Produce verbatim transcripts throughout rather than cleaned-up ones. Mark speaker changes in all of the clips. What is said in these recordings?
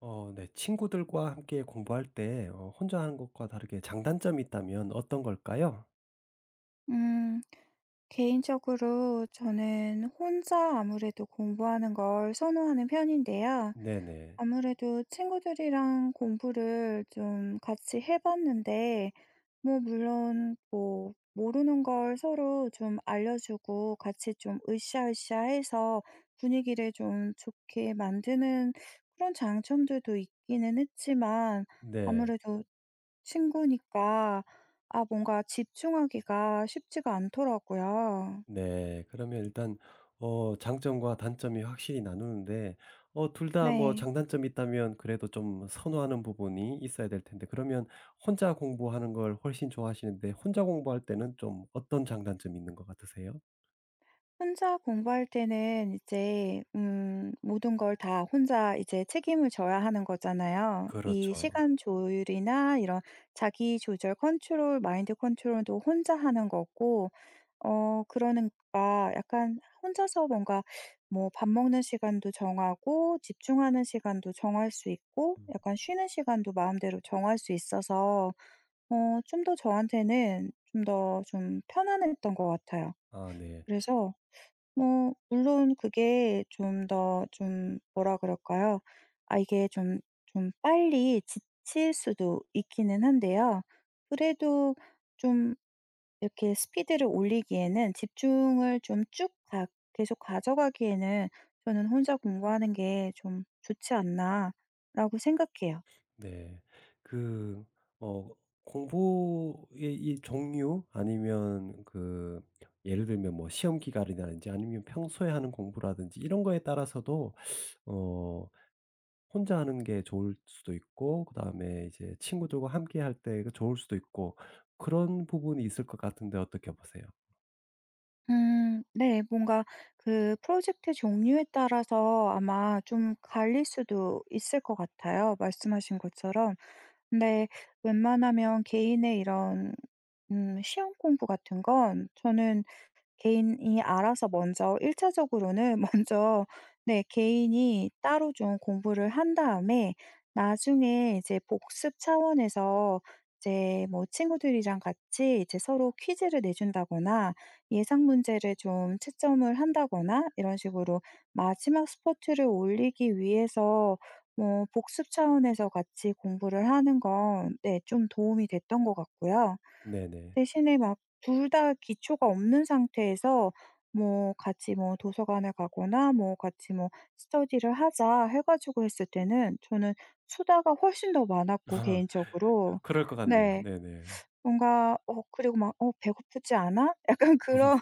Speaker 1: 어 네. 친구들과 함께 공부할 때 어 혼자 하는 것과 다르게 장단점이 있다면 어떤 걸까요?
Speaker 2: 음. 개인적으로 저는 혼자 아무래도 공부하는 걸 선호하는 편인데요.
Speaker 1: 네네.
Speaker 2: 아무래도 친구들이랑 공부를 좀 같이 해 봤는데 뭐 물론 뭐 모르는 걸 서로 좀 알려주고 같이 좀 으쌰으쌰 해서 분위기를 좀 좋게 만드는 그런 장점들도 있기는 했지만
Speaker 1: 네.
Speaker 2: 아무래도 친구니까 아 뭔가 집중하기가 쉽지가 않더라고요.
Speaker 1: 네. 그러면 일단 어 장점과 단점이 확실히 나누는데 어 둘 다 뭐
Speaker 2: 네.
Speaker 1: 장단점이 있다면 그래도 좀 선호하는 부분이 있어야 될 텐데 그러면 혼자 공부하는 걸 훨씬 좋아하시는데 혼자 공부할 때는 좀 어떤 장단점이 있는 것 같으세요?
Speaker 2: 혼자 공부할 때는 이제 음 모든 걸 다 혼자 이제 책임을 져야 하는 거잖아요. 이
Speaker 1: 그렇죠.
Speaker 2: 시간 조율이나 이런 자기 조절 컨트롤, 마인드 컨트롤도 혼자 하는 거고 어 그러니까 약간 혼자서 뭔가 뭐 밥 먹는 시간도 정하고 집중하는 시간도 정할 수 있고
Speaker 1: 음.
Speaker 2: 약간 쉬는 시간도 마음대로 정할 수 있어서 어 좀 더 저한테는 좀 더 좀 편안했던 것 같아요.
Speaker 1: 아 네.
Speaker 2: 그래서 뭐 물론 그게 좀 더 좀 뭐라 그럴까요? 아 이게 좀 좀 빨리 지칠 수도 있기는 한데요. 그래도 좀 이렇게 스피드를 올리기에는 집중을 좀 쭉 가 계속 가져가기에는 저는 '혼자 공부하는 게 좀 좋지 않나.'라고 생각해요.
Speaker 1: 네. 그 어 공부의 이 종류 아니면 그 예를 들면 뭐 시험 기간이라든지 아니면 평소에 하는 공부라든지 이런 거에 따라서도 어 혼자 하는 게 좋을 수도 있고 그다음에 이제 친구들과 함께 할 때가 좋을 수도 있고 그런 부분이 있을 것 같은데 어떻게 보세요?
Speaker 2: 음 네. 뭔가 그 프로젝트 종류에 따라서 아마 좀 갈릴 수도 있을 것 같아요 말씀하신 것처럼. 근데 웬만하면 개인의 이런 음 시험 공부 같은 건 저는 개인이 알아서 먼저 1 차적으로는 먼저 네 개인이 따로 좀 공부를 한 다음에 나중에 이제 복습 차원에서 이제 뭐 친구들이랑 같이 이제 서로 퀴즈를 내준다거나 예상 문제를 좀 채점을 한다거나 이런 식으로 마지막 스포츠를 올리기 위해서 뭐 복습 차원에서 같이 공부를 하는 건 네 좀 도움이 됐던 것 같고요.
Speaker 1: 네네.
Speaker 2: 대신에 막 둘 다 기초가 없는 상태에서 뭐 같이 뭐 도서관을 가거나 뭐 같이 뭐 "스터디를 하자." 해 가지고 했을 때는 저는 수다가 훨씬 더 많았고
Speaker 1: 아
Speaker 2: 개인적으로.
Speaker 1: 그럴 것 같네요.
Speaker 2: 네.
Speaker 1: 네네.
Speaker 2: 뭔가 어 그리고 막 '어 배고프지 않아?' 약간 그런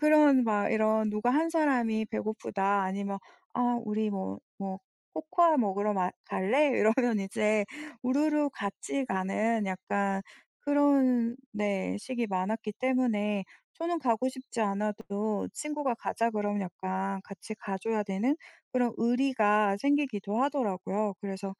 Speaker 2: 그런 막 이런 누가 한 사람이 "배고프다." 아니면 "아 우리 뭐 뭐 코코아 먹으러 마 갈래?" 이러면 이제 우르르 같이 가는 약간 그런, 네, 식이 많았기 때문에 저는 가고 싶지 않아도 친구가 "가자." 그러면 약간 같이 가 줘야 되는 그런 의리가 생기기도 하더라고요. 그래서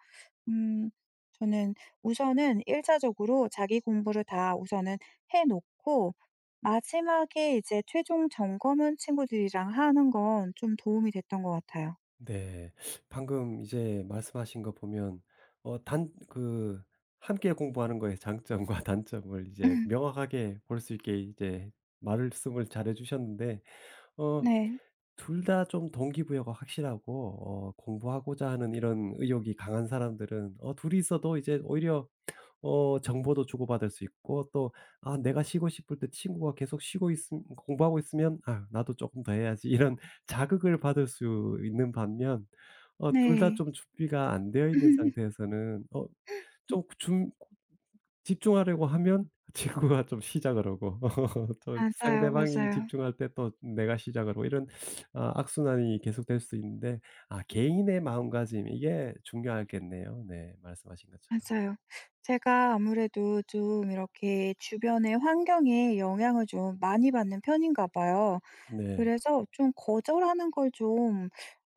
Speaker 2: 음. 저는 우선은 일 차적으로 자기 공부를 다 우선은 해 놓고 마지막에 이제 최종 점검은 친구들이랑 하는 건 좀 도움이 됐던 것 같아요.
Speaker 1: 네. 방금 이제 말씀하신 거 보면 어 단 그 함께 공부하는 거의 장점과 단점을 이제 명확하게 볼 수 있게 이제 말씀을 잘해 주셨는데 어
Speaker 2: 네.
Speaker 1: 둘 다 좀 동기부여가 확실하고 어 공부하고자 하는 이런 의욕이 강한 사람들은 어 둘이 있어도 이제 오히려 어 정보도 주고받을 수 있고 또 아 내가 쉬고 싶을 때 친구가 계속 쉬고 있음 공부하고 있으면 '아 나도 조금 더 해야지.' 이런 자극을 받을 수 있는 반면 어 둘 다
Speaker 2: 네.
Speaker 1: 좀 준비가 안 되어 있는 상태에서는 어 좀 준 집중하려고 하면 친구가 좀 시작을 하고 또
Speaker 2: 맞아요,
Speaker 1: 상대방이
Speaker 2: 맞아요,
Speaker 1: 집중할 때 또 내가 시작을 하고 이런 아 악순환이 계속될 수 있는데 아 개인의 마음가짐 이게 중요하겠네요. 네 말씀하신 것처럼.
Speaker 2: 맞아요. 제가 아무래도 좀 이렇게 주변의 환경에 영향을 좀 많이 받는 편인가 봐요.
Speaker 1: 네.
Speaker 2: 그래서 좀 거절하는 걸좀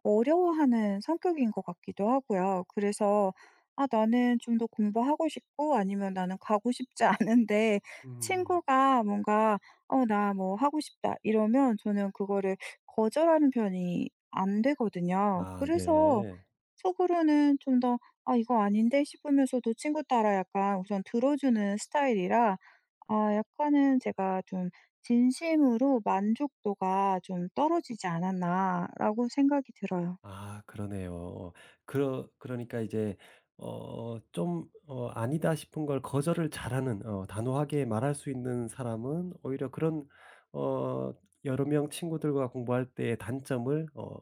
Speaker 2: 어려워하는 성격인 것 같기도 하고요. 그래서 '아 나는 좀 더 공부하고 싶고 아니면 나는 가고 싶지 않은데
Speaker 1: 음
Speaker 2: 친구가 뭔가 '어 나 뭐 하고 싶다.' 이러면 저는 그거를 거절하는 편이 안 되거든요.
Speaker 1: 아
Speaker 2: 그래서
Speaker 1: 네.
Speaker 2: 속으로는 좀 더 '아 이거 아닌데?' 싶으면서도 친구 따라 약간 우선 들어주는 스타일이라 아 약간은 제가 좀 '진심으로 만족도가 좀 떨어지지 않았나.'라고 생각이 들어요.
Speaker 1: 아 그러네요. 그러 그러니까 이제 어 좀 어 아니다 싶은 걸 거절을 잘하는 어 단호하게 말할 수 있는 사람은 오히려 그런 어 여러 명 친구들과 공부할 때의 단점을 어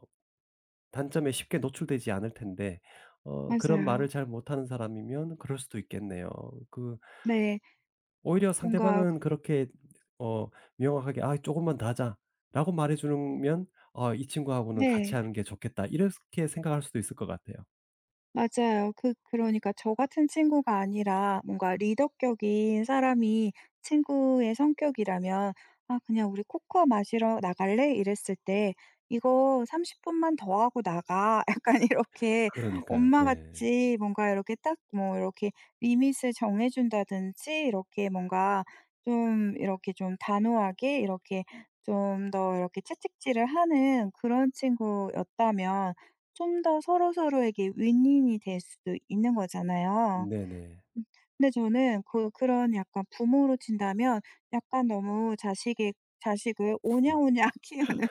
Speaker 1: 단점에 쉽게 노출되지 않을 텐데 어 그런
Speaker 2: 맞아요.
Speaker 1: 말을 잘 못하는 사람이면 그럴 수도 있겠네요. 그
Speaker 2: 네.
Speaker 1: 오히려
Speaker 2: 뭔가
Speaker 1: 상대방은 그렇게 어 명확하게 "아 조금만 더 하자."라고 말해 주면 '아 이 친구하고는 같이
Speaker 2: 네.
Speaker 1: 하는 게 좋겠다.' 이렇게 생각할 수도 있을 것 같아요.
Speaker 2: 맞아요. 그 그러니까 저 같은 친구가 아니라 뭔가 리더격인 사람이 친구의 성격이라면 "아 그냥 우리 코코아 마시러 나갈래?" 이랬을 때 "이거 30 분만 더 하고 나가." 약간 이렇게
Speaker 1: 그러니까요. 네.
Speaker 2: 엄마같이 뭔가 이렇게 딱 뭐 이렇게 리밋을 정해 준다든지 이렇게 뭔가 좀 이렇게 좀 단호하게 이렇게 좀 더 이렇게 채찍질을 하는 그런 친구였다면 좀 더 서로서로에게 윈윈이 될 수도 있는 거잖아요.
Speaker 1: 네네.
Speaker 2: 음 근데 저는 그 그런 약간 부모로 친다면 약간 너무 자식의 자식을 오냐오냐 키우는,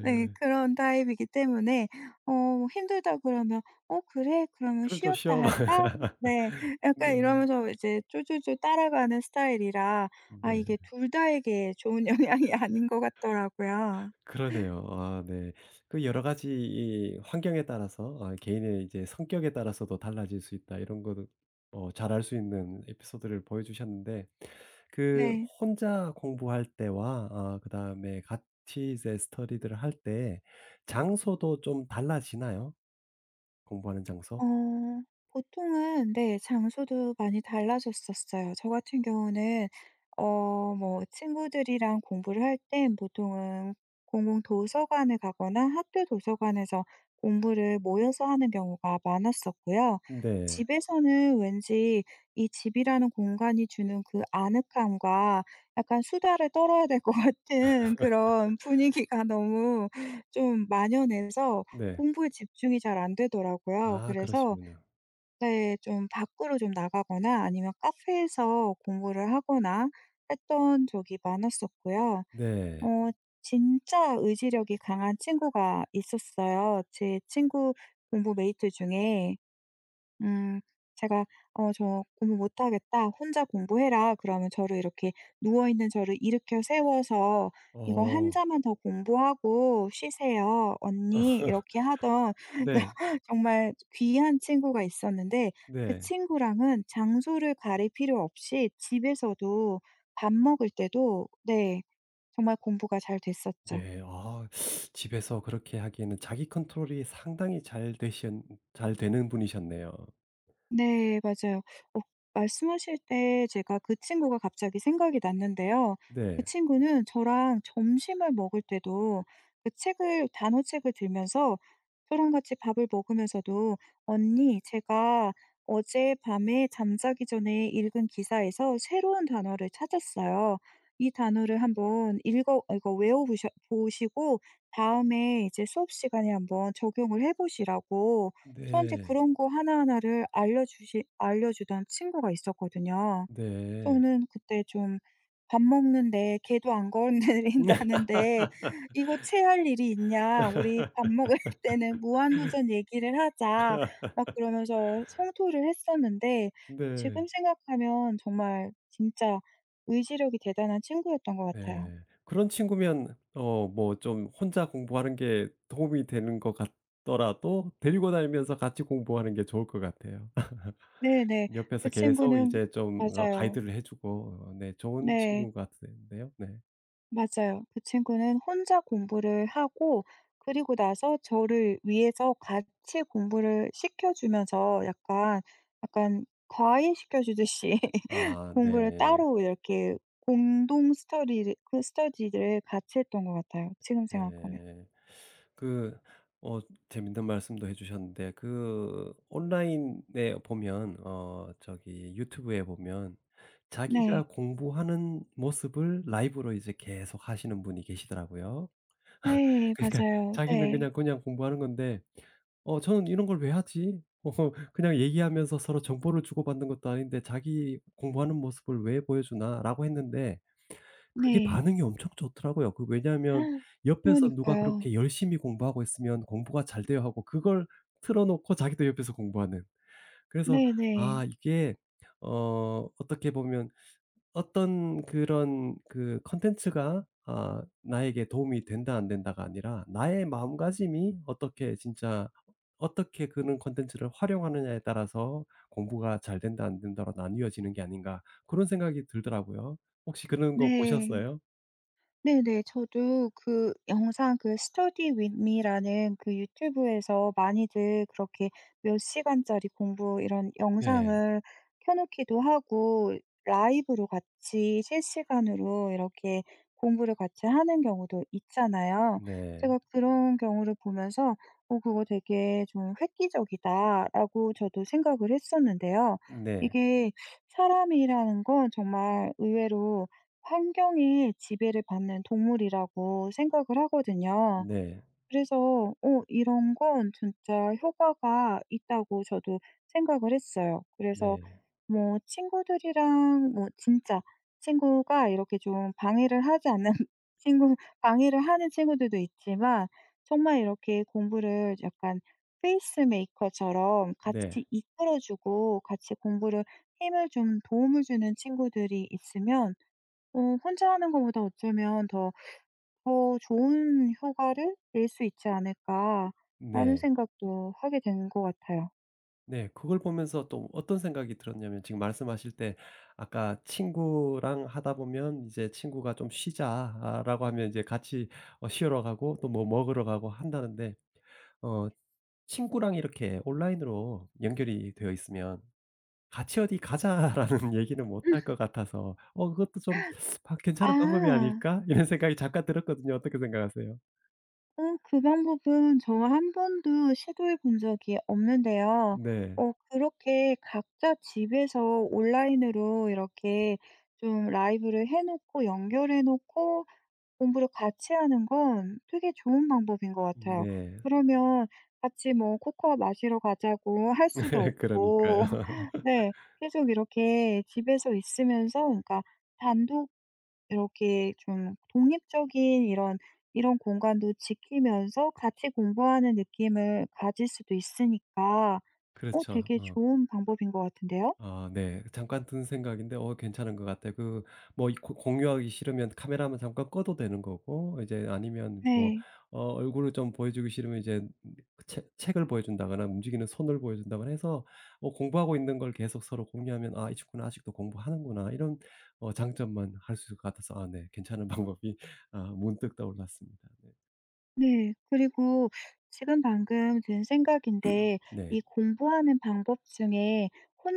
Speaker 2: 네, 그런 타입이기 때문에 어 힘들다 그러면 "어 그래? 그러면
Speaker 1: 그렇죠.
Speaker 2: 쉬었다
Speaker 1: 시험
Speaker 2: 할까?" 네. 약간
Speaker 1: 네.
Speaker 2: 이러면서 이제 쫄쫄쫄 따라가는 스타일이라 아
Speaker 1: 네.
Speaker 2: 이게 둘 다에게 좋은 영향이 아닌 것 같더라고요.
Speaker 1: 그러네요. 아 네. 그 여러 가지 이 환경에 따라서 아 개인의 이제 성격에 따라서도 달라질 수 있다 이런 거도 어 잘 알 수 있는 에피소드를 보여주셨는데 그
Speaker 2: 네.
Speaker 1: 혼자 공부할 때와 아 그다음에 같이 이제 스터디를 할 때 장소도 좀 달라지나요? 공부하는 장소?
Speaker 2: 어 보통은, 네, 장소도 많이 달라졌었어요. 저 같은 경우는 어 뭐 친구들이랑 공부를 할 땐 보통은 공공 도서관에 가거나 학교 도서관에서 공부를 모여서 하는 경우가 많았었고요.
Speaker 1: 네.
Speaker 2: 집에서는 왠지 이 집이라는 공간이 주는 그 아늑함과 약간 수다를 떨어야 될 것 같은 그런 분위기가 너무 좀 만연해서
Speaker 1: 네.
Speaker 2: 공부에 집중이 잘 안 되더라고요.
Speaker 1: 아
Speaker 2: 그래서,
Speaker 1: 그러시군요.
Speaker 2: 네, 좀 밖으로 좀 나가거나 아니면 카페에서 공부를 하거나 했던 적이 많았었고요. 어
Speaker 1: 네.
Speaker 2: 진짜 의지력이 강한 친구가 있었어요. 제 친구 공부 메이트 중에. 음. 제가 "어 저 공부 못 하겠다. 혼자 공부해라." 그러면 저를 이렇게 누워 있는 저를 일으켜 세워서 "이거 한
Speaker 1: 어.
Speaker 2: 자만 더 공부하고 쉬세요, 언니." 이렇게 하던
Speaker 1: 네.
Speaker 2: 정말 귀한 친구가 있었는데 그
Speaker 1: 네.
Speaker 2: 친구랑은 장소를 가릴 필요 없이 집에서도 밥 먹을 때도, 네, 정말 공부가 잘 됐었죠.
Speaker 1: 네. 아 집에서 그렇게 하기에는 자기 컨트롤이 상당히 잘 되신 잘 되는 분이셨네요.
Speaker 2: 네 맞아요. 어 말씀하실 때 제가 그 친구가 갑자기 생각이 났는데요. 그
Speaker 1: 네.
Speaker 2: 친구는 저랑 점심을 먹을 때도 그 책을 단어책을 들면서 저랑 같이 밥을 먹으면서도 "언니 제가 어젯밤에 잠자기 전에 읽은 기사에서 새로운 단어를 찾았어요. 이 단어를 한번 읽어 어 이거 외워 보 보시고 다음에 이제 수업 시간에 한번 적용을 해 보시라."고 저한테
Speaker 1: 네.
Speaker 2: 그런 거 하나하나를 알려주시 알려주던 친구가 있었거든요.
Speaker 1: 네.
Speaker 2: 저는 그때 좀 "밥 먹는데 걔도 안 건드린다는데 이거 체할 일이 있냐. 우리 밥 먹을 때는 무한도전 얘기를 하자." 막 그러면서 성토를 했었는데
Speaker 1: 네.
Speaker 2: 지금 생각하면 정말 진짜 의지력이 대단한 친구였던 것 같아요.
Speaker 1: 네. 그런 친구면 어 뭐 좀 혼자 공부하는 게 도움이 되는 것 같더라도 데리고 다니면서 같이 공부하는 게 좋을 것 같아요.
Speaker 2: 네네.
Speaker 1: 옆에서
Speaker 2: 그
Speaker 1: 계속
Speaker 2: 친구는
Speaker 1: 이제 좀 어
Speaker 2: 맞아요.
Speaker 1: 가이드를 해 주고 어 네 좋은
Speaker 2: 네.
Speaker 1: 친구인 것 같은데요. 네.
Speaker 2: 맞아요. 그 친구는 혼자 공부를 하고 그리고 나서 저를 위해서 같이 공부를 시켜주면서 약간 약간 과외시켜주듯이
Speaker 1: 아
Speaker 2: 공부를
Speaker 1: 네.
Speaker 2: 따로 이렇게 공동 스터디를 그 스터디를 같이 했던 것 같아요. 지금 생각하면.
Speaker 1: 네. 그 어 재밌는 말씀도 해 주셨는데 그 온라인에 보면 어 저기 유튜브에 보면
Speaker 2: 네.
Speaker 1: 자기가 공부하는 모습을 라이브로 이제 계속 하시는 분이 계시더라고요.
Speaker 2: 네.
Speaker 1: 그러니까
Speaker 2: 맞아요.
Speaker 1: 자기는
Speaker 2: 네.
Speaker 1: 그냥, 그냥 공부하는 건데 '어 저는 이런 걸 왜 하지?' 어 그냥 얘기하면서 서로 정보를 주고받는 것도 아닌데 '자기 공부하는 모습을 왜 보여주나?'라고 했는데 그게
Speaker 2: 네.
Speaker 1: 반응이 엄청 좋더라고요. 그 왜냐하면 옆에서 누가
Speaker 2: 그러니까요.
Speaker 1: 그렇게 열심히 공부하고 있으면 공부가 잘 돼요 하고 그걸 틀어 놓고 자기도 옆에서 공부하는. 그래서
Speaker 2: 네네. 네.
Speaker 1: 아 이게 어 어떻게 보면 어떤 그런 그 콘텐츠가 아 나에게 도움이 된다 안 된다가 아니라 나의 마음가짐이 어떻게 진짜 어떻게 그런 콘텐츠를 활용하느냐에 따라서 공부가 잘 된다 안 된다로 나뉘어지는 게 아닌가 그런 생각이 들더라고요. 혹시 그런 거
Speaker 2: 네. 네.
Speaker 1: 보셨어요?
Speaker 2: 네네. 저도 그 영상, 그 Study with me라는 그 유튜브에서 많이들 그렇게 몇 시간짜리 공부 이런
Speaker 1: 네.
Speaker 2: 영상을 켜 놓기도 하고 라이브로 같이 실시간으로 이렇게 공부를 같이 하는 경우도 있잖아요.
Speaker 1: 네.
Speaker 2: 제가 그런 경우를 보면서 '어 그거 되게 좀 획기적이다.'라고 저도 생각을 했었는데요.
Speaker 1: 네.
Speaker 2: 이게 사람이라는 건 정말 의외로 환경에 지배를 받는 동물이라고 생각을 하거든요.
Speaker 1: 네.
Speaker 2: 그래서 어 이런 건 진짜 효과가 있다고 저도 생각을 했어요. 그래서
Speaker 1: 네.
Speaker 2: 뭐 친구들이랑 뭐 진짜 친구가 이렇게 좀 방해를 하지 않는 친구 방해를 하는 친구들도 있지만 정말 이렇게 공부를 약간 페이스 메이커처럼
Speaker 1: 네.
Speaker 2: 같이 이끌어 주고 같이 공부를 힘을 좀 도움을 주는 친구들이 있으면 어 혼자 하는 것보다 어쩌면 더, 더 좋은 효과를 낼 수 있지 않을까 하는
Speaker 1: 네.
Speaker 2: 생각도 하게 되는 것 같아요.
Speaker 1: 네. 그걸 보면서 또 어떤 생각이 들었냐면 지금 말씀하실 때 아까 친구랑 하다 보면 이제 친구가 "좀 쉬자."라고 하면 이제 같이 어 쉬러 가고 또 뭐 먹으러 가고 한다는데 어 친구랑 이렇게 온라인으로 연결이 되어 있으면 "같이 어디 가자."라는 얘기는 못 할 것 같아서 어 그것도 좀 아 '괜찮은 방법이
Speaker 2: 아.
Speaker 1: 아닐까?' 이런 생각이 잠깐 들었거든요. 어떻게 생각하세요?
Speaker 2: 어 그 방법은 저 한 번도 시도해 본 적이 없는데요.
Speaker 1: 네.
Speaker 2: 어 그렇게 각자 집에서 온라인으로 이렇게 좀 라이브를 해 놓고 연결해 놓고 공부를 같이 하는 건 되게 좋은 방법인 것 같아요.
Speaker 1: 네.
Speaker 2: 그러면 같이 뭐 코코아 마시러 가자고 할 수도
Speaker 1: 그러니까요.
Speaker 2: 없고 네, 계속 이렇게 집에서 있으면서 그러니까 단독 이렇게 좀 독립적인 이런 이런 공간도 지키면서 같이 공부하는 느낌을 가질 수도 있으니까 어
Speaker 1: 그렇죠.
Speaker 2: 되게
Speaker 1: 어.
Speaker 2: 좋은 방법인 것 같은데요?
Speaker 1: 아 네. 잠깐 든 생각인데 어 괜찮은 것 같아요. 그 뭐 이 고 공유하기 싫으면 카메라만 잠깐 꺼도 되는 거고 이제 아니면 뭐
Speaker 2: 네.
Speaker 1: 어 얼굴을 좀 보여주기 싫으면 이제 그 책 책을 보여준다거나 움직이는 손을 보여준다거나 해서 어 공부하고 있는 걸 계속 서로 공유하면 '아 이 친구는 아직도 공부하는구나.' 이런 어 장점만 할 수 있을 것 같아서 아 네 괜찮은 방법이 아 문득 떠올랐습니다. 네.
Speaker 2: 네. 그리고 지금 방금 든 생각인데
Speaker 1: 네.
Speaker 2: 이 공부하는 방법 중에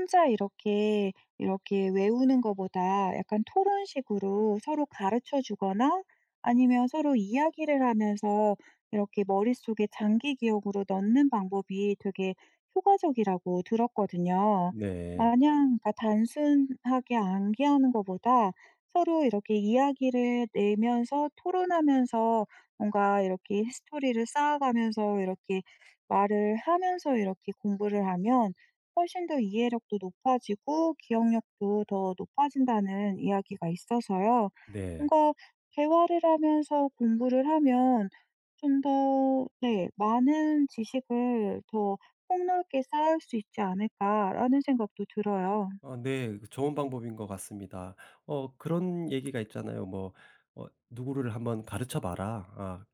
Speaker 2: 혼자 이렇게, 이렇게 외우는 것보다 약간 토론식으로 서로 가르쳐 주거나 아니면 서로 이야기를 하면서 이렇게 머릿속에 장기 기억으로 넣는 방법이 되게 효과적이라고 들었거든요.
Speaker 1: 네.
Speaker 2: 마냥 그러니까 단순하게 암기하는 것보다 서로 이렇게 이야기를 내면서 토론하면서 뭔가 이렇게 히스토리를 쌓아가면서 이렇게 말을 하면서 이렇게 공부를 하면 훨씬 더 이해력도 높아지고 기억력도 더 높아진다는 이야기가 있어서요.
Speaker 1: 네.
Speaker 2: 뭔가 대화를 하면서 공부를 하면 좀 더, 네, 많은 지식을 더 폭넓게 쌓을 수 있지 않을까라는 생각도 들어요.
Speaker 1: 어 네. 그 좋은 방법인 것 같습니다. 어 그런 얘기가 있잖아요. 뭐 어 "누구를 한번 가르쳐 봐라. 아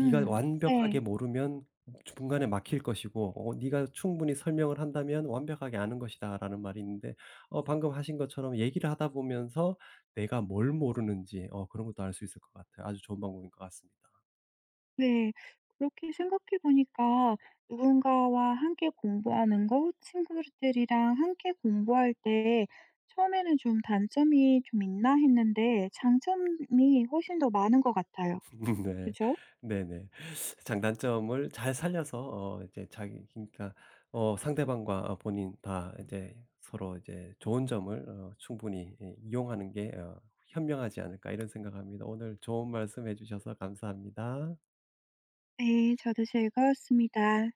Speaker 1: 네가 완벽하게
Speaker 2: 네.
Speaker 1: 모르면 중간에 막힐 것이고 어 네가 충분히 설명을 한다면 완벽하게 아는 것이다."라는 말이 있는데 어 방금 하신 것처럼 얘기를 하다 보면서 내가 뭘 모르는지 어 그런 것도 알 수 있을 것 같아요. 아주 좋은 방법인 것 같습니다.
Speaker 2: 네. 그렇게 생각해 보니까 누군가와 함께 공부하는 거, 친구들이랑 함께 공부할 때 처음에는 좀 단점이 좀 있나 했는데 장점이 훨씬 더 많은 것 같아요.
Speaker 1: 네.
Speaker 2: 그죠?
Speaker 1: 네네. 장단점을 잘 살려서 어 이제 자기 그러니까 어 상대방과 어 본인 다 이제 서로 이제 좋은 점을 어 충분히 예 이용하는 게 어 현명하지 않을까 이런 생각합니다. 오늘 좋은 말씀해 주셔서 감사합니다.
Speaker 2: 네. 저도 즐거웠습니다.